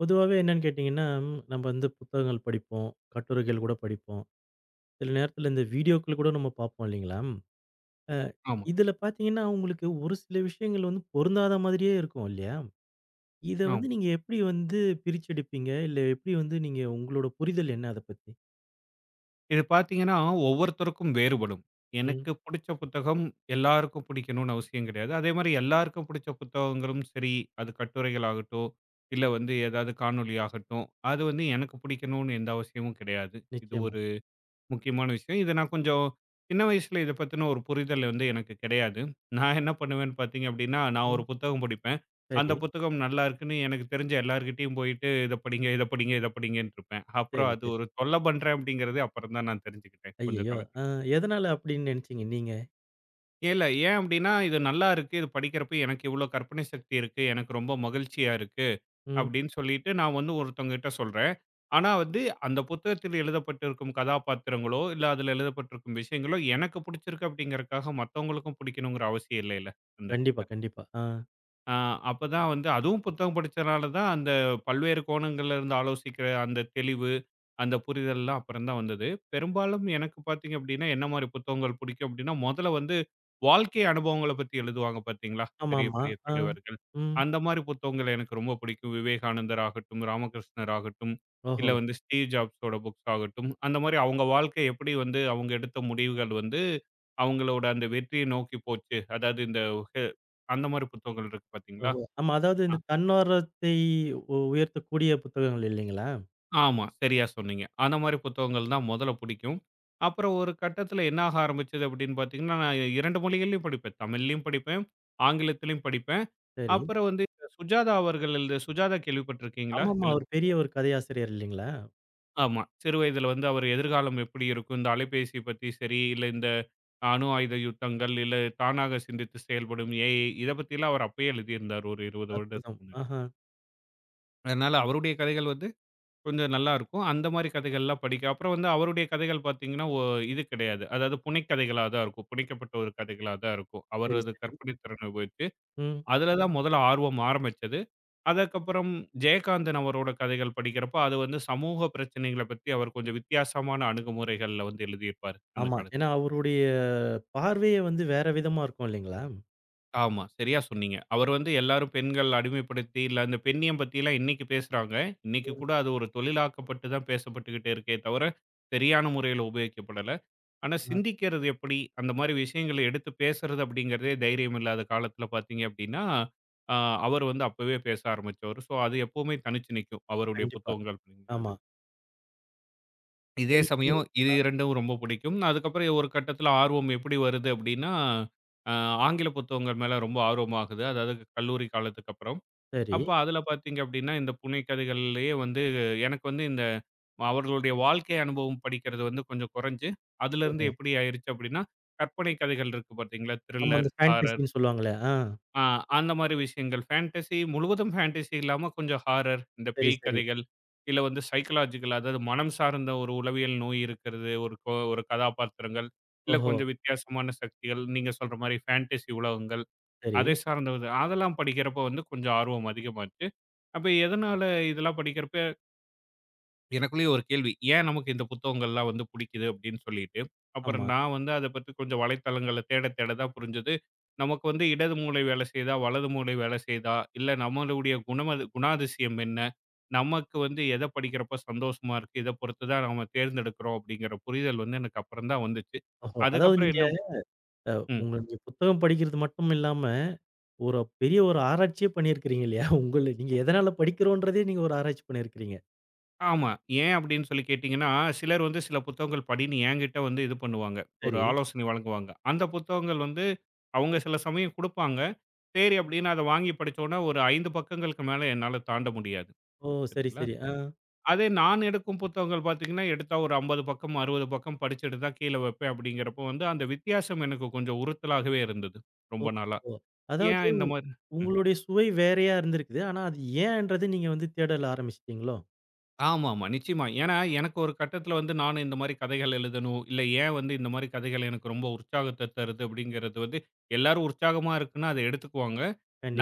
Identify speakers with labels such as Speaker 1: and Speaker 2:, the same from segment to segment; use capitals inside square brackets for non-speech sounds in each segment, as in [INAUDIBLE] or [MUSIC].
Speaker 1: பொதுவாவே என்னன்னு கேட்டீங்கன்னா, நம்ம புத்தகங்கள் படிப்போம். கட்டுரைகள் கூட படிப்போம். சில நேரத்தில இந்த வீடியோக்கள் கூட நம்ம பார்ப்போம் இல்லைங்களா? அ
Speaker 2: ஆமா,
Speaker 1: இதில பார்த்தீங்கன்னா, உங்களுக்கு ஒரு சில விஷயங்கள் பொருந்தாத மாதிரியே இருக்கும் இல்லையா? இத
Speaker 2: ஆமா.
Speaker 1: நீங்க எப்படி பிரிச்செடுப்பீங்க? இல்ல எப்படி நீங்க உங்களோட புரிதல் என்ன அத பத்தி?
Speaker 2: இது பார்த்தீங்கன்னா, ஒவ்வொருத்தருக்கும் வேறுபடும்.
Speaker 1: ம்.
Speaker 2: எனக்கு புடிச்ச புத்தகம் எல்லாருக்கும் பிடிக்கணும்னு அவசியம் கிடையாது. அதேமாரி எல்லாருக்கும் பிடிச்ச புத்தகங்களும் சரி, அது கட்டுரைகள் ஆகட்டும், இல்ல வந்து ஏதாவது காணொளி ஆகட்டும், அது வந்து எனக்கு பிடிக்கணும்னு எந்த அவசியமும் கிடையாது. இது
Speaker 1: நிச்சயமா.
Speaker 2: ஒரு முக்கியமான விஷயம். இத நான் கொஞ்சம் சின்ன வயசுல இத பத்தின ஒரு புரிதல் வந்து எனக்கு கிடையாது. நான் என்ன பண்ணுவேன்னு பார்த்தீங்க அப்படின்னா, நான் ஒரு
Speaker 1: ம்.
Speaker 2: புத்தகம் படிப்பேன். அந்த
Speaker 1: சரி,
Speaker 2: புத்தகம் நல்லா இருக்குன்னு எனக்கு தெரிஞ்ச எல்லார்கிட்டயும் போயிட்டு இத படிங்க, இத படிங்க, இத படிங்கன்னு இருப்பேன். அப்புறம்
Speaker 1: சரி,
Speaker 2: அது
Speaker 1: சரி.
Speaker 2: ஒரு தொல்ல பண்றேன் அப்படிங்கிறது அப்புறம் தான் நான் தெரிஞ்சுக்கிட்டேன் கொஞ்சம்
Speaker 1: ஐயய்யோ!
Speaker 2: காலத்து
Speaker 1: எதனால அப்படின்னு நினைச்சீங்க நீங்க?
Speaker 2: இல்ல ஏன் அப்படின்னா, இது நல்லா இருக்கு. இது படிக்கிறப்ப எனக்கு இவ்வளோ கற்பனை சக்தி இருக்கு. எனக்கு ரொம்ப மகிழ்ச்சியா இருக்கு.
Speaker 1: ம்.
Speaker 2: அப்படின்னு சொல்லிட்டு நான் வந்து ஒருத்தவங்ககிட்ட சொல்றேன். ஆனா வந்து அந்த புத்தகத்தில் எழுதப்பட்டிருக்கும் கதாபாத்திரங்களோ, இல்ல அதில எழுதப்பட்டிருக்கும் விஷயங்களோ எனக்கு பிடிச்சிருக்கு அப்படிங்கிறதுக்காக மத்தவங்களுக்கும் பிடிக்கணுங்கிற அவசியம் இல்லைல்ல அந்த
Speaker 1: கண்டிப்பா, கண்டிப்பா. ஆ.
Speaker 2: ஆ அப்பதான் வந்து அதுவும் புத்தகம் படிச்சனால தான் அந்த பல்வேறு கோணங்கள்ல இருந்து ஆலோசிக்கிற அந்த தெளிவு, அந்த புரிதல்லாம் அப்புறம் தான் வந்தது. பெரும்பாலும் எனக்கு பார்த்தீங்க அப்படின்னா, என்ன மாரி புத்தகங்கள் பிடிக்கும் அப்படின்னா, முதல்ல வந்து வாழ்க்கை அனுபவங்கள பத்தி எழுதுவாங்க பார்த்தீங்களா, பெரிய
Speaker 1: ஆமாமா.
Speaker 2: பெரிய
Speaker 1: ஆ.
Speaker 2: தலைவர்கள்.
Speaker 1: ம்.
Speaker 2: அந்த மாரி புத்தகங்கள் எனக்கு ரொம்ப பிடிக்கும். விவேகானந்தர் ஆகட்டும், ராமகிருஷ்ணர் ஆகட்டும்,
Speaker 1: ஓஹோ!
Speaker 2: இல்ல வந்து ஸ்டீவ் ஜாப்ஸோட புக்ஸ் ஆகட்டும். அந்த மாரி அவங்க வாழ்க்கை எப்படி வந்து அவங்க எடுத்த முடிவுகள் வந்து அவங்களோட அந்த வெற்றியை நோக்கி போச்சு. அதாவது இந்த அந்த மாரி புத்தகங்கள் இருக்கு பார்த்தீங்களா?
Speaker 1: ஓஹோ! ஆமா. அதாவது
Speaker 2: அ
Speaker 1: இந்த தன்னார்வத்தை உயர்த்தக்கூடிய புத்தகங்கள் இல்லைங்களா?
Speaker 2: ஆமா, சரியா சொன்னீங்க. அந்த மாரி புத்தகங்கள் தான் மொதல்ல புடிக்கும். அப்புறம் ஒரு கட்டத்தில என்ன ஆக ஆரம்பிச்சது அப்படின்னு பார்த்தீங்கன்னா, நான் 2 மொழிகள்லயும் படிப்பேன். தமிழ்லயும் படிப்பேன், ஆங்கிலத்திலயும் படிப்பேன்.
Speaker 1: சரி.
Speaker 2: அப்புறம் வந்து இந்த சுஜாதா அவர்கள் எழுதிய சுஜாதா கேள்விப்பட்டிருக்கீங்களா?
Speaker 1: ஆமாமா. அவர் பெரிய ஒரு கதையாசிரியர் இல்லைங்களா?
Speaker 2: ஆமா. சிறு வயதில வந்து அவர் எதிர்காலம் எப்படி இருக்கும், இந்த அலைபேசி பத்தி சரி, இல்ல இந்த அணு ஆயுத யுத்தங்கள், இல்ல தானாக சிந்தித்து செயல்படும் ஏஐ இத பத்திலாம் அவர் அப்பயே எழுதியிருந்தார் ஒரு 20
Speaker 1: அற்புதம்.
Speaker 2: வருடத்துக்கு முன்னாடி.
Speaker 1: ஆஹா.
Speaker 2: அதனால அவருடைய கதைகள் வந்து கொஞ்சம் நல்லாருக்கும். அந்த மாரி கதைகள்லாம் படிக்க அப்புறம் வந்து அவருடைய கதைகள் பார்த்தீங்கன்னா, இது கிடையாது. அதாவது புனைக்கதைகளா தான் இருக்கும். புனைக்கப்பட்ட ஒரு கதைகளா தான் இருக்கும்.
Speaker 1: சரி,
Speaker 2: அவரது
Speaker 1: சரி.
Speaker 2: கற்பனை திறனை உபயோகித்து,
Speaker 1: ம்.
Speaker 2: அதில தான் முதல்ல ஆர்வம் ஆரம்பிச்சது. அதற்கப்புறம் ஜெயகாந்தன் அவரோட கதைகள் படிக்கிறப்ப, அது வந்து சமூக பிரச்சனைகள பத்தி அவர் கொஞ்சம் வித்தியாசமான அணுகுமுறைகள்ல வந்து எழுதியிருப்பாரு, அந்த
Speaker 1: ஆமா.
Speaker 2: காலத்துல.
Speaker 1: ஏன்னா அவருடைய பார்வையே வேற விதமா இருக்கும் இல்லைங்களா?
Speaker 2: ஆமா, சரியா சொன்னீங்க. அவர் வந்து எல்லாரும் பெண்கள் அடிமைப்படுத்தி, இல்ல அந்த பெண்ணியம் பத்திலாம் இன்னைக்கு பேசுறாங்க. இன்னைக்கு
Speaker 1: ம்.
Speaker 2: கூட அது ஒரு தொழிலாக்கப்பட்டு தான் பேசப்பட்டுக்கிட்டே இருக்கே தவிர, சரியான முறையில உபயோகிக்கப்படல. ஆனா,
Speaker 1: ஆ.
Speaker 2: சிந்திக்கிறது எப்படி? அந்த மாரி விஷயங்கள எடுத்து பேசுறது அப்படிங்கிறதே தைரியம் இல்லாத காலத்தில பார்த்தீங்க அப்படின்னா, அ அவர் வந்து அப்பவே பேச ஆரம்பிச்சவரு. ஸோ, அது எப்பவுமே தனிச்சு நிக்கும். அவருடைய
Speaker 1: கண்டிப்பா.
Speaker 2: புத்தகங்கள் அப்படிங்கிறது.
Speaker 1: ஆமா.
Speaker 2: இதே
Speaker 1: சரி.
Speaker 2: சமயம்
Speaker 1: [UNINTELLIGIBLE]
Speaker 2: இது
Speaker 1: ஆ.
Speaker 2: 2ம் ரொம்ப பிடிக்கும். அதுக்கப்புறம் ஒரு கட்டத்தில ஆர்வம் எப்படி வருது அப்படின்னா, அ ஆங்கில புத்தகங்கள் மேல ரொம்ப ஆர்வமாகுது. அதாவது கல்லூரி காலத்துக்கு அப்புறம்.
Speaker 1: சரி.
Speaker 2: அப்ப அதுல பார்த்தீங்க அப்படின்னா, இந்த புனைகதைகள்லயே வந்து எனக்கு வந்து இந்த அவர்களுடைய வாழ்க்கை அனுபவம் படிக்கிறது வந்து கொஞ்சம் குறைஞ்சு, அதிலிருந்து
Speaker 1: ஓஹோ!
Speaker 2: எப்படி ஆயிருச்சு அப்படின்னா, கற்பனை கதைகள் இருக்கு பார்த்தீங்களா?
Speaker 1: ஆமா.
Speaker 2: த்ரில்லர்,
Speaker 1: அந்த
Speaker 2: ஹாரர்
Speaker 1: ஃபேண்டஸின்னு சொல்லுவாங்களே. ஆ.
Speaker 2: அ அந்த மாரி விஷயங்கள். ஃபேண்டஸி முழுவதும் ஃபேண்டஸி இல்லாம கொஞ்சம் ஹாரர், இந்த
Speaker 1: சரி,
Speaker 2: பேய்
Speaker 1: சரி.
Speaker 2: கதைகள், இல்ல வந்து சைக்காலஜிக்கல் அதாவது மனம் சார்ந்த ஒரு உளவியல் நோய் இருக்கிறது, ஒரு கதாபாத்திரங்கள், இல்ல
Speaker 1: ஓஹோ!
Speaker 2: கொஞ்சம் வித்தியாசமான சக்திகள், நீங்க சொல்ற மாரி ஃபேண்டஸி உலகங்கள்.
Speaker 1: சரி.
Speaker 2: அதை சார்ந்தது. அதெல்லாம் படிக்கிறப்ப வந்து கொஞ்சம் ஆர்வம் அதிகமாச்சு. அப்ப எதனால இதெல்லாம் படிக்கிறப்ப எனக்குள்ளேயே ஒரு கேள்வி. ஏன் நமக்கு இந்த புத்தகங்கள்லாம் வந்து புடிக்குது அப்படின்னு சொல்லிட்டு. அப்புறம்
Speaker 1: ஆமா.
Speaker 2: நான் வந்து அத பத்தி கொஞ்சம் வலைத்தளங்கள்ல தேட தேட தான் புரிஞ்சது. நமக்கு வந்து இடது மூளை வேலை செய்யுதா? வலது மூளை வேலை செய்யுதா? இல்ல நம்மளுடைய குணமது குணாதிசயம் என்ன? நமக்கு வந்து எத படிக்கிறப்ப சந்தோஷமா இருக்கு? இத பொறுத்து தான் நம்ம தேர்ந்தெடுக்கிறோம் அப்படிங்கிற புரிதல் வந்து எனக்கு அப்புறம் தான் வந்துச்சு.
Speaker 1: ஓஹோ! அதாவது
Speaker 2: அதுக்கப்புறம்
Speaker 1: நீங்க
Speaker 2: என்ன
Speaker 1: அ
Speaker 2: ம்.
Speaker 1: உங்களுடைய புத்தகம் படிக்கிறது மட்டும் இல்லாம ஒரு பெரிய ஒரு ஆராய்ச்சியே பண்ணியிருக்கிறீங்க இல்லையா? உங்கள நீங்க எதனால படிக்கிறோன்றதே நீங்க ஒரு ஆராய்ச்சி பண்ணியிருக்கிறீங்க.
Speaker 2: ஆமா. ஏன் அப்டின்னு சொல்லி கேட்டீங்கன்னா, சிலர் வந்து சில புத்தகங்கள் படின்னு என்கிட்ட வந்து இது பண்ணுவாங்க. ஒரு
Speaker 1: சரி.
Speaker 2: ஆலோசனை வழங்குவாங்க. அந்த புத்தகங்கள் வந்து அவங்க சில சமயம் குடுப்பாங்க. சரி அப்டின்னு அத வாங்கி படிச்சோம்னா, ஒரு 5 பக்கங்களுக்கு மேல என்னால தாண்ட முடியாது.
Speaker 1: ஓ! சரி,
Speaker 2: சரிங்களா?
Speaker 1: சரி. ஆ.
Speaker 2: அதே நான் எடுக்கும் புத்தகங்கள் பாத்தீங்கன்னா, எடுத்தா ஒரு 50 பக்கம், 60 பக்கம் படிச்சுட்டு தான் கீழ வைப்பேன் அப்டிங்கிறப்போ வந்து, அந்த வித்தியாசம் எனக்கு கொஞ்சம் உறுத்தலாகவே இருந்தது.
Speaker 1: ஓ!
Speaker 2: ரொம்ப நாளா.
Speaker 1: ஓ!
Speaker 2: ஏன்
Speaker 1: அதாவது
Speaker 2: இந்த மாரி
Speaker 1: உங்களுடைய சுவை வேறையா இருந்திருக்குது. ஆனா அது ஏன்ன்றது நீங்க தேடல ஆரம்பிச்சுட்டீங்களோ?
Speaker 2: ஆமாமா. நிச்சயமா. ஏன்னா, எனக்கு ஒரு கட்டத்தில வந்து நானும் இந்த மாரி கதைகள் எழுதணும். இல்ல ஏன் வந்து இந்த மாரி கதைகள் எனக்கு ரொம்ப உற்சாகத்த தருது அப்படிங்கிறது வந்து எல்லாரும் உற்சாகமா இருக்குன்னா அத எடுத்துக்குவாங்க.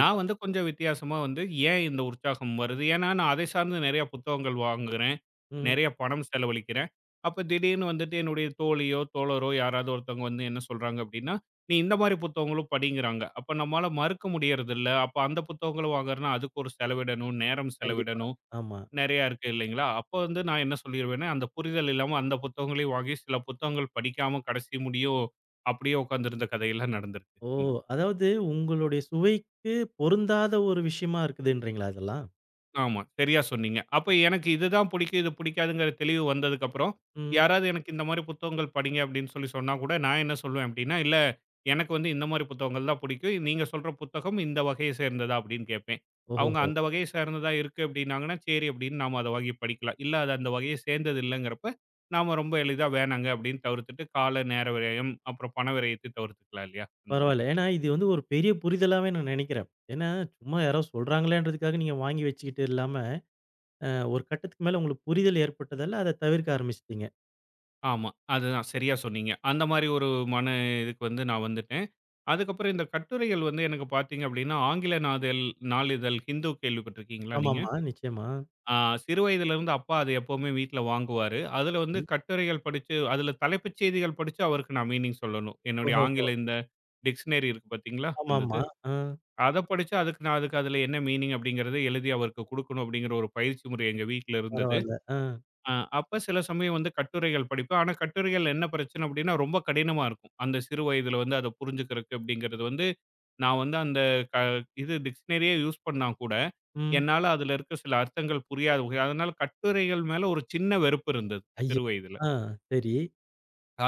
Speaker 2: நான் வந்து கொஞ்சம் வித்தியாசமா வந்து ஏன் இந்த உற்சாகம் வருது? ஏன்னா நான் அதை சார்ந்து நெறைய புத்தகங்கள் வாங்குறேன்.
Speaker 1: ம்.
Speaker 2: நெறைய பணம் செலவழிக்கிறேன். அப்ப திடீர்னு வந்துட்டு என்னுடைய தோழியோ, தோழரோ யாராவது ஒருத்தவங்க வந்து என்ன சொல்றாங்க அப்படின்னா, "நீ இந்த மாரி புத்தகங்களும் படிங்கிறாங்க." அப்ப நம்மால மறுக்க முடியறதில்ல. அப்ப அந்த புத்தகங்களும் வாங்குறேன்னா அதுக்கு ஒரு செலவிடணும், நேரம்
Speaker 1: கண்டிப்பா.
Speaker 2: செலவிடணும்.
Speaker 1: ஆமா.
Speaker 2: நெறையா இருக்கு இல்லைங்களா? அப்போ வந்து நான் என்ன சொல்லிருவேன்னா, அந்த புரிதல் இல்லாம அந்த புத்தகங்களையும் வாங்கி சில புத்தகங்கள் படிக்காம கடைசி முடியும் அப்படியே உட்கார்ந்திருந்த கதையெல்லாம் நடந்திருக்கு.
Speaker 1: ஓ!
Speaker 2: இந்த
Speaker 1: அதாவது உங்களுடைய சுவைக்கு பொருந்தாத ஒரு விஷயமா இருக்குதுன்றீங்களா இதெல்லாம்?
Speaker 2: ஆமா. சரியா சொன்னீங்க. அப்ப எனக்கு இதுதான் பிடிக்கும், இது பிடிக்காதுங்கிற தெளிவு வந்ததுக்கப்புறம்,
Speaker 1: ம்.
Speaker 2: யாராவது எனக்கு இந்த மாரி புத்தகங்கள் படிங்க அப்படின்னு சொல்லி சொன்னா கூட, நான் என்ன சொல்லுவேன் அப்படின்னா, "இல்ல எனக்கு வந்து இந்த மாரி புத்தகங்கள் தான் பிடிக்கும். நீங்க சொல்ற புத்தகம் இந்த வகையை சேர்ந்ததா?" அப்படின்னு கேட்பேன். அவங்க
Speaker 1: ஓஹோஹோ!
Speaker 2: அந்த வகையை சார்ந்ததா இருக்கு அப்படின்னாங்கன்னா, "சரி" அப்படின்னு நாம அத வாங்கி படிக்கலாம். இல்ல அது அந்த வகையை சேர்ந்தது இல்லங்கிறப்ப, நாம ரொம்ப எளிதா வேணாங்க அப்படின்னு தவிர்த்துட்டு, கால, நேர விரயம், அப்புறம் பண விரயத்தை தவிர்த்துக்கலாம் இல்லையா? அந்த
Speaker 1: பரவாயில்ல.
Speaker 2: மாதிரி.
Speaker 1: ஏன்னா இது ஒரு பெரிய புரிதலாவே நான் நினைக்கிறேன். ஏன்னா சும்மா யாரோ சொல்றாங்களேன்றதுக்காக நீங்க வாங்கி வச்சுக்கிட்டு இல்லாம அ ஒரு கட்டத்துக்கு மேல உங்களுக்கு புரிதல் ஏற்பட்டதால, அத தவிர்க்க ஆரம்பிச்சுட்டீங்க.
Speaker 2: ஆமா. அதுதான் சரியா சொன்னீங்க. அந்த மாரி ஒரு மன இதுக்கு வந்து நான் வந்துட்டேன். அதுக்கப்புறம் இந்த கட்டுரைகள் வந்து எனக்கு பார்த்தீங்க அப்படின்னா, ஆங்கில நாதல் நாளிதழ் ஹிந்து கேள்விப்பட்டிருக்கீங்களா நீங்க?
Speaker 1: ஆமாமா, நிச்சயமா.
Speaker 2: ஆ சிறு வயதிலிருந்து அப்பா அது எப்பவுமே வீட்ல வாங்குவாரு. அதுல வந்து
Speaker 1: ம்.
Speaker 2: கட்டுரைகள் படிச்சு, அதுல தலைப்புச் செய்திகள் படிச்சு அவருக்கு நான் மீனிங் சொல்லணும். என்னுடைய
Speaker 1: ஓஹோஹோ!
Speaker 2: ஆங்கில இந்த டிக்ஷனரி இருக்கு பார்த்தீங்களா? அந்த இது.
Speaker 1: ஆமாமா. ஆ
Speaker 2: அத படிச்சு அதுக்கு நான் அதுக்கு அதுல என்ன மீனிங் அப்படிங்கிறத எழுதி அவருக்கு குடுக்கணும் அப்படிங்கிற ஒரு பயிற்சி முறை எங்க வீட்ல இருந்தது.
Speaker 1: பரவால்ல. ஆ.
Speaker 2: அப்ப சில சமயம் வந்து கட்டுரைகள் படிப்பேன். ஆனா கட்டுரைகள் என்ன பிரச்சனை அப்டின்னா, ரொம்ப கடினமா இருக்கும். அந்த சிறு வயதில வந்து அத புரிஞ்சுக்கிறதுக்கு அப்டிங்கிறது வந்து, நான் வந்து அந்த க இது டிக்ஷனரியே யூஸ் பண்ணா கூட,
Speaker 1: ம்.
Speaker 2: என்னால அதுல இருக்க சில அர்த்தங்கள் புரியாது. அதனால கட்டுரைகள் மேல ஒரு சின்ன வெறுப்பு இருந்தது
Speaker 1: ஐய!
Speaker 2: சிறு வயதில.
Speaker 1: ஆ சரி.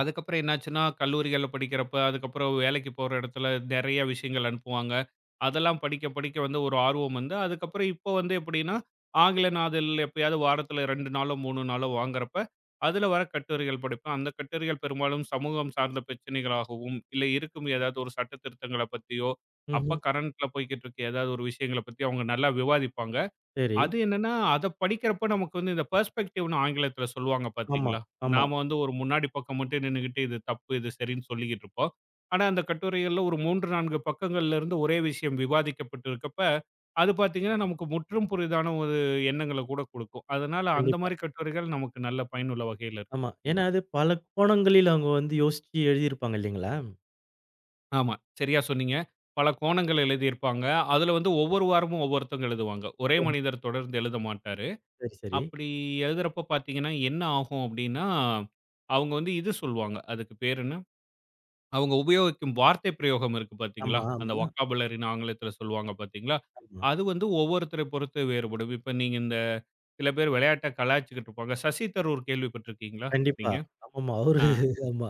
Speaker 2: அதுக்கப்புறம் என்னாச்சுன்னா, கல்லூரிகள்ல படிக்கிறப்ப, அதுக்கப்புறம் வேலைக்கு போற இடத்துல நெறைய விஷயங்கள் அனுப்புவாங்க. அதெல்லாம் படிக்க படிக்க வந்து ஒரு ஆர்வம் வந்து, அதுக்கப்புறம் இப்போ வந்து எப்படின்னா, ஆங்கில நாதல் எப்பயாவது வாரத்தில 2 நாளோ, 3 நாளோ வாங்குறப்ப, அதில வர கட்டுரைகள் படிப்பேன். அந்த கட்டுரைகள் பெரும்பாலும் சமூகம் சார்ந்த பிரச்சனைகளாகவும், இல்லை இருக்கும் ஏதாவது ஒரு சட்ட திருத்தங்கள பத்தியோ, அப்ப
Speaker 1: ம்ஹ்ம்.
Speaker 2: கரண்ட்ல போய்க்கிட்டு இருக்க ஏதாவது ஒரு விஷயங்கள பத்தி அவங்க நல்லா விவாதிப்பாங்க.
Speaker 1: சரி.
Speaker 2: அது என்னன்னா, அத படிக்கிறப்ப நமக்கு வந்து இந்த பெர்ஸ்பெக்டிவ்ன்னு ஆங்கிலத்தில சொல்லுவாங்க
Speaker 1: ஆமா,
Speaker 2: பார்த்தீங்களா?
Speaker 1: ஆமா.
Speaker 2: நாம வந்து ஒரு முன்னாடி பக்கம் மட்டும் நின்னுகிட்டு, இது தப்பு, இது சரின்னு சொல்லிக்கிட்டு இருப்போம். ஆனா, அந்த கட்டுரைகள்ல ஒரு 3, 4 பக்கங்கள்லேருந்து ஒரே விஷயம் விவாதிக்கப்பட்டிருக்கப்ப, அது பார்த்தீங்கன்னா, நமக்கு முற்றும் புதிதான ஒரு எண்ணங்கள கூட குடுக்கும். அதனால அந்த
Speaker 1: கண்டிப்பா.
Speaker 2: மாரி கட்டுரைகள் நமக்கு நல்ல பயனுள்ள வகையில இருக்கு.
Speaker 1: ஆமா.
Speaker 2: இந்த
Speaker 1: ஏன்னா அது பல கோணங்களில் அவங்க யோசிச்சு எழுதியிருப்பாங்க இல்லைங்களா?
Speaker 2: ஆமா, சரியா சொன்னீங்க. பல கோணங்கள் எழுதியிருப்பாங்க. அதுல வந்து ஒவ்வொரு வாரமும் ஒவ்வொருத்தங்க எழுதுவாங்க. ஒரே
Speaker 1: ஓஹோ!
Speaker 2: மனிதர் தொடர்ந்து எழுத மாட்டாரு.
Speaker 1: சரி, சரி.
Speaker 2: அப்படி எழுதுறப்ப பார்த்தீங்கன்னா, என்ன ஆகும் அப்படின்னா, அவங்க வந்து இது சொல்லுவாங்க. அதுக்கு பேர் என்ன? அவங்க உபயோகிக்கும் வார்த்தை பிரயோகம் இருக்கு பார்த்தீங்களா?
Speaker 1: ஆமா,
Speaker 2: அந்த
Speaker 1: ஆமா,
Speaker 2: வொக்காபுலரின்னு ஆங்கிலத்தில சொல்லுவாங்க பார்த்தீங்களா?
Speaker 1: ஆமா.
Speaker 2: அது வந்து ஒவ்வொருத்தரை பொறுத்து வேறுபடும். இப்ப நீங்க இந்த சில பேர் விளையாட்ட கலாய்ச்சுக்கிட்டு இருப்பாங்க. சசி தரூர் கேள்விப்பட்டிருக்கீங்களா
Speaker 1: கண்டிப்பா.
Speaker 2: நீங்க?
Speaker 1: ஆமாமா. அவரு
Speaker 2: ஆ
Speaker 1: [LAUGHS] ஆமா.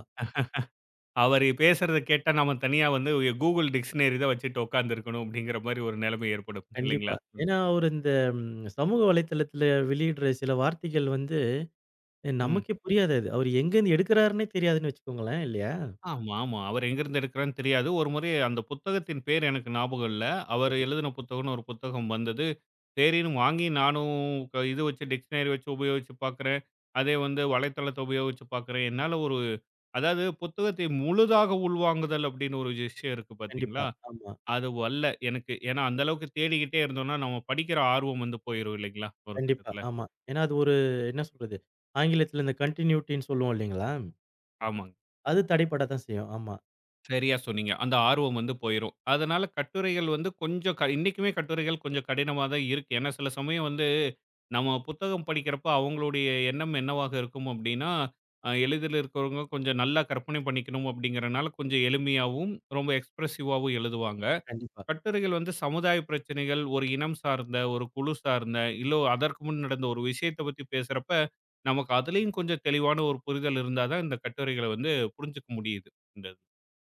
Speaker 2: அவரு பேசுறத கேட்டா நம்ம தனியா வந்து Google டிக்ஷனரி தான் வச்சுட்டு உட்கார்ந்துருக்கணும் அப்படிங்கிற மாரி ஒரு நிலைமை ஏற்படும்
Speaker 1: கண்டிப்பா.
Speaker 2: இல்லைங்களா?
Speaker 1: ஏன்னா அவரு இந்த சமூக வலைதளத்தில வெளியிடுற சில வார்த்தைகள்
Speaker 2: ம்.
Speaker 1: நமக்கே புரியாது அது. அவரு எங்கேருந்து எடுக்குறாருன்னே தெரியாதுன்னு வச்சுக்கோங்களேன், இல்லையா?
Speaker 2: ஆமா, ஆமா. அவரு எங்கிருந்து எடுக்குறார்ன்னு தெரியாது. ஒரு முறை அந்த புத்தகத்தின் பேர் எனக்கு ஞாபகம் இல்ல. அவரு
Speaker 1: சரி.
Speaker 2: எழுதின புத்தகம்ன்னு ஒரு புத்தகம் வந்தது. சரின்னு வாங்கி நானும் இது வச்சு டிக்ஷனரி வச்சு உபயோகிச்சு பார்க்குறேன். அதே வந்து வலைத்தளத்த உபயோகிச்சு பார்க்குறேன். என்னால ஒரு அதாவது புத்தகத்தை முழுதாக உள்வாங்குதல் அப்படின்னு ஒரு விஷயம் இருக்கு பார்த்தீங்களா?
Speaker 1: கண்டிப்பா. ஆமா.
Speaker 2: அது வல்ல எனக்கு. ஏன்னா, அந்த அளவுக்கு தேடிக்கிட்டே இருந்தோம்னா, நம்ம படிக்கிற ஆர்வம் வந்து போயிரும் இல்லைங்களா? ஒரு
Speaker 1: கண்டிப்பா.
Speaker 2: கட்டத்தில.
Speaker 1: ஆமா. ஏன்னா அது ஒரு என்ன சொல்றது? ஆங்கிலத்தில இந்த கன்டின்யூட்டின்னு சொல்லுவோம் இல்லைங்களா?
Speaker 2: ஆமாங்க.
Speaker 1: அது தடைப்பட தான் செய்யும். ஆமா.
Speaker 2: சரியா சொன்னீங்க. அந்த ஆர்வம் வந்து போயிரும். அதனால கட்டுரைகள் வந்து கொஞ்சம் இன்னைக்குமே கட்டுரைகள் கொஞ்சம் கடினமா தான் இருக்கு. ஏன்னா சில சமயம் வந்து நம்ம புத்தகம் படிக்கிறப்ப அவங்களுடைய எண்ணம் என்னவாக இருக்கும் அப்டின்னா, எளிதில் இருக்கிறவங்க கொஞ்சம் நல்லா கற்பனை பண்ணிக்கணும் அப்டிங்கிறனால கொஞ்சம் எளிமையாவும், ரொம்ப எக்ஸ்பிரசிவாவும் எழுதுவாங்க.
Speaker 1: கண்டிப்பா.
Speaker 2: கட்டுரைகள் வந்து சமுதாய பிரச்சனைகள், ஒரு இனம் சார்ந்த, ஒரு குழு சார்ந்த, இல்ல அதற்கு முன் நடந்த ஒரு விஷயத்த பத்தி பேசுறப்ப, நமக்கு அதிலயும் கொஞ்சம் தெளிவான ஒரு புரிதல் இருந்தா தான் இந்த கட்டுரைகள வந்து புரிஞ்சுக்க முடியுது. இந்த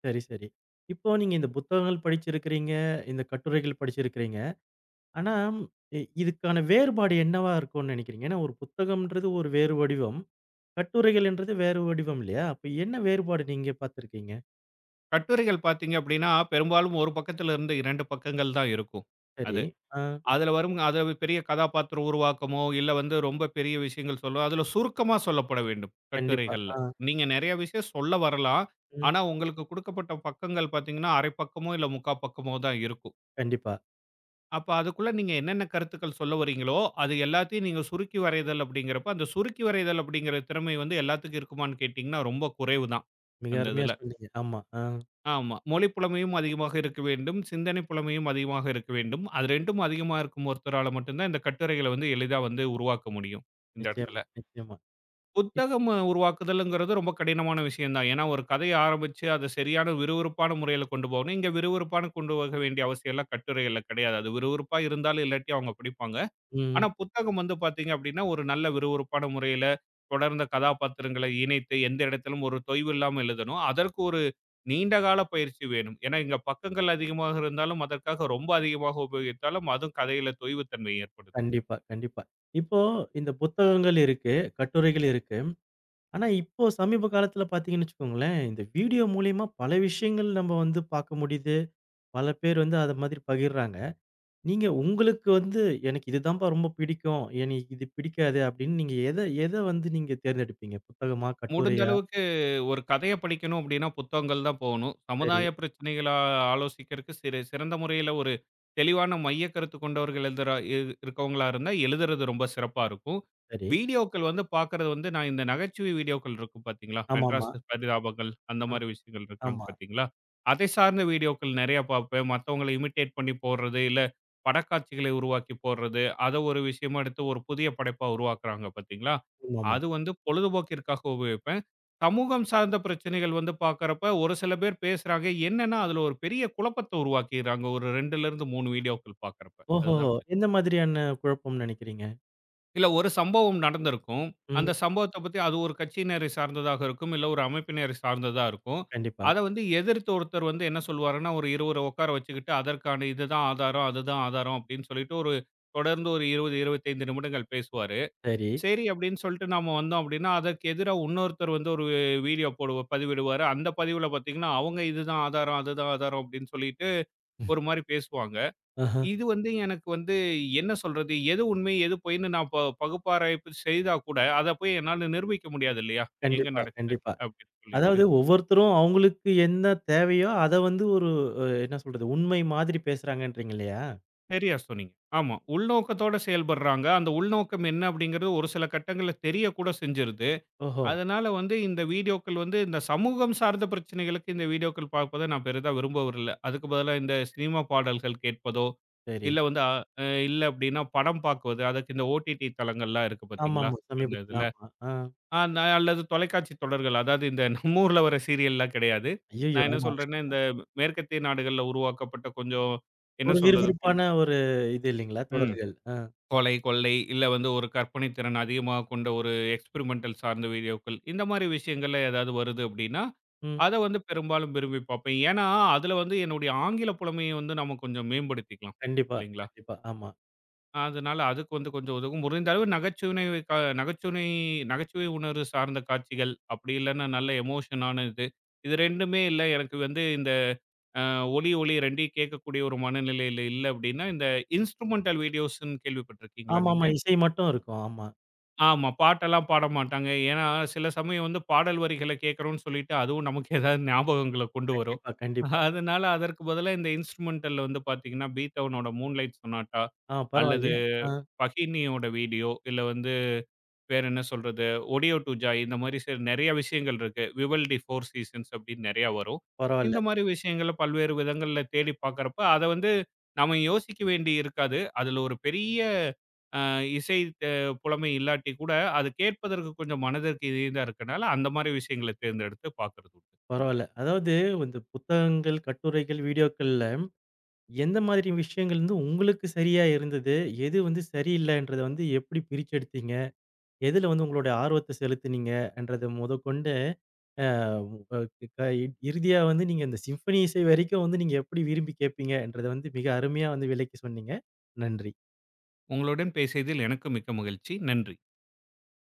Speaker 1: சரி, சரி. இப்போ நீங்க இந்த புத்தகங்கள் படிச்சிருக்கிறீங்க, இந்த கட்டுரைகள் படிச்சிருக்கிறீங்க. ஆனா, இதுக்கான வேறுபாடு என்னவா இருக்கும்னு நினைக்கிறீங்க? ஏன்னா ஒரு புத்தகம்ன்றது ஒரு வேறு வடிவம். கட்டுரைகள் என்றது வேறு வடிவம் இல்லையா? அப்ப என்ன வேறுபாடு நீங்க பார்த்துருக்கீங்க?
Speaker 2: கட்டுரைகள் பார்த்தீங்க அப்படின்னா, பெரும்பாலும் 1 பக்கத்துல இருந்து 2 பக்கங்கள் தான் இருக்கும்.
Speaker 1: சரி.
Speaker 2: அது.
Speaker 1: ஆ.
Speaker 2: அதுல வரும் அது பெரிய கதாபாத்திர உருவாக்கமோ, இல்ல வந்து ரொம்ப பெரிய விஷயங்கள் சொல்லோ, அதுல சுருக்கமா சொல்லப்பட வேண்டும்,
Speaker 1: கண்டிப்பா.
Speaker 2: கட்டுரைகள்ல.
Speaker 1: ஆ.
Speaker 2: நீங்க நெறைய விஷயம் சொல்ல வரலாம்.
Speaker 1: ம்.
Speaker 2: ஆனா, உங்களுக்கு குடுக்கப்பட்ட பக்கங்கள் பார்த்தீங்கன்னா, 1/2 பக்கமோ, இல்ல 3/4 பக்கமோ தான் இருக்கும்.
Speaker 1: கண்டிப்பா.
Speaker 2: அப்ப அதுக்குள்ள நீங்க என்னென்ன கருத்துக்கள் சொல்ல வரீங்களோ, அது எல்லாத்தையும் நீங்க சுருக்கி வரைதல் அப்படிங்கிறப்ப, அந்த சுருக்கி வரைதல் அப்படிங்கிற திறமை வந்து எல்லாத்துக்கும் இருக்குமான்னு கேட்டீங்கன்னா, ரொம்ப குறைவு தான்.
Speaker 1: மிக
Speaker 2: அந்த
Speaker 1: அருமையா
Speaker 2: இதுல.
Speaker 1: சொன்னீங்க. ஆமா.
Speaker 2: ஆமா. மொழி புலமையும் அதிகமாக இருக்க வேண்டும். சிந்தனை புலமையும் அதிகமாக இருக்க வேண்டும். அது 2ம் அதிகமா இருக்கும் ஒருத்தரால மட்டும் தான் இந்த கட்டுரைகள வந்து எளிதா வந்து உருவாக்க முடியும், இந்த இடத்துல.
Speaker 1: நிச்சயமா, நிச்சயமா. இப்போ
Speaker 2: புத்தகம் உருவாக்குதல்ங்கிறது ரொம்ப கடினமான விஷயம் தான். ஏன்னா, ஒரு கதைய ஆரம்பிச்சு அத சரியான விறுவிறுப்பான முறையில கொண்டு போகணும். இங்க விறுவிறுப்பான கொண்டு போக வேண்டிய அவசியம்லாம் கட்டுரைகள்ல கிடையாது. அது விறுவிறுப்பா இருந்தாலும் இல்லாட்டியும் அவங்க படிப்பாங்க. ஆனா
Speaker 1: ம்.
Speaker 2: புத்தகம் வந்து பார்த்தீங்க அப்படின்னா, ஒரு நல்ல விறுவிறுப்பான முறையில தொடர்ந்த கதாபாத்திரங்களை இணைத்து எந்த இடத்திலும் ஒரு தொய்வு இல்லாம எழுதணும். அதற்கு ஒரு நீண்ட கால பயிற்சி வேணும். ஏன்னா இங்க பக்கங்கள் அதிகமாக இருந்தாலும், அதற்காக ரொம்ப அதிகமாக உபயோகித்தாலும் அதுவும் கதையில தொய்வுத்தன்மையை ஏற்படுத்தும்.
Speaker 1: கண்டிப்பா, கண்டிப்பா. இப்போ இந்த புத்தகங்கள் இருக்கு, கட்டுரைகள் இருக்கு. ஆனா இப்போ சமீப காலத்துல பார்த்தீங்கன்னு வச்சுக்கோங்களேன், இந்த வீடியோ மூலியமா பல விஷயங்கள் நம்ம பார்க்க முடியுது. பல பேர் அத மாதிரி பகிர்றாங்க. நீங்க உங்களுக்கு எனக்கு இதுதான்ப்பா ரொம்ப பிடிக்கும். எனக்கு இது பிடிக்காது அப்படின்னு நீங்க எத எத நீங்க தேர்ந்தெடுப்பீங்க? புத்தகமா?
Speaker 2: முடிந்த
Speaker 1: கட்டுரையா?
Speaker 2: அளவுக்கு ஒரு கதைய படிக்கணும் அப்படின்னா, புத்தகங்கள் தான் போகணும்.
Speaker 1: சரி,
Speaker 2: சமுதாய பிரச்சனைகள ஆலோசிக்கிறதுக்கு சிறு சிறந்த முறையில ஒரு தெளிவான மையக் கருத்து கொண்டவர்கள் எழுதுற இரு இருக்கவங்களா இருந்தா, எழுதுறது ரொம்ப சிறப்பா இருக்கும்.
Speaker 1: சரி.
Speaker 2: வீடியோக்கள் வந்து பார்க்கறது வந்து நான் இந்த நகைச்சுவை வீடியோக்கள் இருக்கும் பார்த்தீங்களா? மெட்ராஸ்
Speaker 1: ஆமாமா.
Speaker 2: பரிதாபங்கள் அந்த
Speaker 1: அ
Speaker 2: மாரி விஷயங்கள் இருக்காங்க
Speaker 1: ஆமா,
Speaker 2: பார்த்தீங்களா? அதை சார்ந்த வீடியோக்கள் நெறைய பார்ப்பேன். மத்தவங்கள இமிட்டேட் பண்ணி போடுறது, இல்ல படக்காட்சிகளை உருவாக்கி போடுறது, அத ஒரு விஷயமா எடுத்து ஒரு புதிய படைப்பா உருவாக்குறாங்க பார்த்தீங்களா?
Speaker 1: ஆமாமா.
Speaker 2: அது வந்து பொழுதுபோக்கிற்காக உபயோகிப்பேன். சமூகம் சார்ந்த பிரச்சனைகள் வந்து பார்க்கிறப்ப, ஒரு சில பேர் பேசுறாங்க. என்னன்னா, அதுல ஒரு பெரிய குழப்பத்த உருவாக்கிறாங்க. ஒரு 2லேருந்து 3 வீடியோக்கள் பார்க்கிறப்ப.
Speaker 1: ஓஹோஹோ!
Speaker 2: அதுதான் பிரச்சனை.
Speaker 1: எந்த மாதிரியான குழப்பம்னு நினைக்கிறீங்க?
Speaker 2: இல்ல ஒரு சம்பவம் நடந்திருக்கும்.
Speaker 1: ம்.
Speaker 2: அந்த சம்பவத்த பத்தி அது ஒரு கட்சியினரை சார்ந்ததாக இருக்கும். இல்ல ஒரு அமைப்பினரை சார்ந்ததா இருக்கும்.
Speaker 1: கண்டிப்பா.
Speaker 2: அத வந்து எதிர்த்து ஒருத்தர் வந்து என்ன சொல்வாருன்னா, ஒரு 20 உட்கார வச்சுக்கிட்டு, அதற்கான இதுதான் ஆதாரம், அதுதான் ஆதாரம் அப்படின்னு சொல்லிட்டு ஒரு தொடர்ந்து ஒரு 20, 25 நிமிடங்கள் பேசுவாரு.
Speaker 1: சரி.
Speaker 2: சரி அப்படின்னு சொல்லிட்டு நாம வந்தோம் அப்படின்னா, அதற்கு எதிரா இன்னொருத்தர் வந்து ஒரு வீடியோ போடுவ பதிவிடுவாரு. அந்த பதிவுல பார்த்தீங்கன்னா, அவங்க இதுதான் ஆதாரம், அதுதான் ஆதாரம் அப்படின்னு சொல்லிட்டு ஒரு மாரி பேசுவாங்க.
Speaker 1: ஆஹ.
Speaker 2: இது வந்து எனக்கு வந்து என்ன சொல்றது? எது உண்மை? எது பொய்ன்னு நான் பகுப்பாராய்ப்பு செய்தா கூட, அத போய் என்னால நிரூபிக்க முடியாது இல்லையா? எங்க
Speaker 1: கண்டிப்பா,
Speaker 2: நடக்குது
Speaker 1: கண்டிப்பா.
Speaker 2: அப்படின்னு சொல்லிட்டு.
Speaker 1: அதாவது ஒவ்வொருத்தரும் அவங்களுக்கு என்ன தேவையோ, அத ஒரு என்ன சொல்றது? உண்மை மாதிரி பேசுறாங்கன்றீங்க இல்லையா?
Speaker 2: சரியா சொன்னீங்க. ஆமா. உள்நோக்கத்தோட செயல்படுறாங்க. அந்த உள்நோக்கம் என்ன அப்படிங்கிறது ஒரு சில கட்டங்கள்ல தெரியக்கூட செஞ்சுருது.
Speaker 1: ஓஹோ!
Speaker 2: அதனால வந்து இந்த வீடியோக்கள் வந்து இந்த சமூகம் சார்ந்த பிரச்சனைகளுக்கு இந்த வீடியோக்கள் பார்ப்பதை நான் பெரிதா விரும்புவதில்ல. அதுக்கு பதிலா இந்த சினிமா பாடல்கள் கேட்பதோ,
Speaker 1: சரி.
Speaker 2: இல்ல வந்து இல்ல அப்படின்னா படம் பார்க்குவது. அதுக்கு இந்த ஓடிடி தளங்கள்லாம் இருக்கு பார்த்தீங்களா?
Speaker 1: ஆமாமா.
Speaker 2: அந்த
Speaker 1: சமீபத்தில
Speaker 2: இதுல.
Speaker 1: ஆமா. ஆ.
Speaker 2: அ ந அல்லது தொலைக்காட்சி தொடர்கள். அதாவது இந்த நம்ம ஊர்ல வர சீரியல்லாம் கிடையாது.
Speaker 1: ஐய்யயோ!
Speaker 2: நான் என்ன
Speaker 1: ஆமா.
Speaker 2: சொல்றேன்னா, இந்த மேற்கத்திய நாடுகள்ல உருவாக்கப்பட்ட கொஞ்சம் என்ன
Speaker 1: ஒரு
Speaker 2: சொல்றது?
Speaker 1: விறுவிறுப்பான ஒரு இது இல்லைங்களா?
Speaker 2: ம்.
Speaker 1: தொடர்கள். ஆ.
Speaker 2: கொலை, கொள்ளை, இல்ல வந்து ஒரு கற்பனை திறன் அதிகமா கொண்ட ஒரு எக்ஸ்பெரிமென்டல் சார்ந்த வீடியோக்கள். இந்த மாரி விஷயங்கள்ல ஏதாவது வருது அப்படின்னா,
Speaker 1: ம்.
Speaker 2: அத வந்து பெரும்பாலும் விரும்பி பார்ப்பேன். ஏன்னா, அதுல வந்து என்னுடைய ஆங்கில புலமைய வந்து நம்ம கொஞ்சம் மேம்படுத்திக்கலாம்.
Speaker 1: கண்டிப்பா,
Speaker 2: இல்லைங்களா?
Speaker 1: கண்டிப்பா. ஆமா.
Speaker 2: அதனால அதுக்கு வந்து கொஞ்சம் உதவும். முடிந்த அளவு நகைச்சுனை க நகைச்சுனை நகைச்சுவை உணர்வு சார்ந்த காட்சிகள், அப்படி இல்லன்னா நல்ல எமோஷனான இது. இது 2மே இல்ல எனக்கு வந்து இந்த அ ஒலி, ஒளி 2யும் கேட்கக்கூடிய ஒரு மனநிலையில இல்ல அப்படின்னா, இந்த இன்ஸ்ட்ருமென்டல் வீடியோஸ்ன்னு கேள்விப்பட்டிருக்கீங்களா
Speaker 1: ஆமாமா.
Speaker 2: நீங்க?
Speaker 1: இசை மட்டும் இருக்கும். ஆமா.
Speaker 2: ஆமா. பாட்டெல்லாம் பாட மாட்டாங்க. ஏன்னா, சில சமயம் வந்து பாடல் வரிகள கேட்கிறோம்னு சொல்லிட்டு, அதுவும் நமக்கு ஏதாவது ஞாபகங்கள கொண்டு வரும்.
Speaker 1: கண்டிப்பா, கண்டிப்பா.
Speaker 2: அதனால அதற்கு பதிலா இந்த இன்ஸ்ட்ருமென்டல்ல வந்து பார்த்தீங்கன்னா, பீத்தவனோட மூன்லைட் சொனாட்டா,
Speaker 1: ஆ
Speaker 2: அல்லது
Speaker 1: பரவாயில்லையே! ஆ
Speaker 2: பஹினியோட வீடியோ, இல்ல வந்து வேற என்ன சொல்றது, ஒடியோ டூ ஜாய் இந்த மாரி சில நெறைய விஷயங்கள் இருக்கு. விவல்டி 4 சீசன்ஸ் அப்படின்னு நெறையா வரும்.
Speaker 1: பரவால்ல,
Speaker 2: இந்த மாரி விஷயங்கள பல்வேறு விதங்கள்ல தேடி பார்க்கிறப்ப, அத வந்து நம்ம யோசிக்க வேண்டி இருக்காது. அதுல ஒரு பெரிய அ இசை தே புலமை இல்லாட்டி கூட, அது கேட்பதற்கு கொஞ்சம் மனதிற்கு இதா இருக்கனால, அந்த மாரி விஷயங்கள தேர்ந்தெடுத்து பார்க்கிறது உண்டு.
Speaker 1: பரவால்ல. அதாவது இந்த புத்தகங்கள், கட்டுரைகள், வீடியோக்கள்ல எந்த மாதிரி விஷயங்கள் உங்களுக்கு சரியா இருந்தது? எது சரியில்லன்றத எப்படி பிரிச்செடுத்தீங்க? எதுல உங்களுடைய ஆர்வத்த செலுத்துனீங்க? என்றத முதற்கொண்டு, அ இறுதியா நீங்க இந்த சிம்பனி இசை வரைக்கும் நீங்க எப்படி விரும்பி கேட்பீங்கன்றத மிக அருமையா விளக்கி சொன்னீங்க. நன்றி.
Speaker 2: உங்களுடன் பேசியதில் எனக்கு மிக்க மகிழ்ச்சி. நன்றி.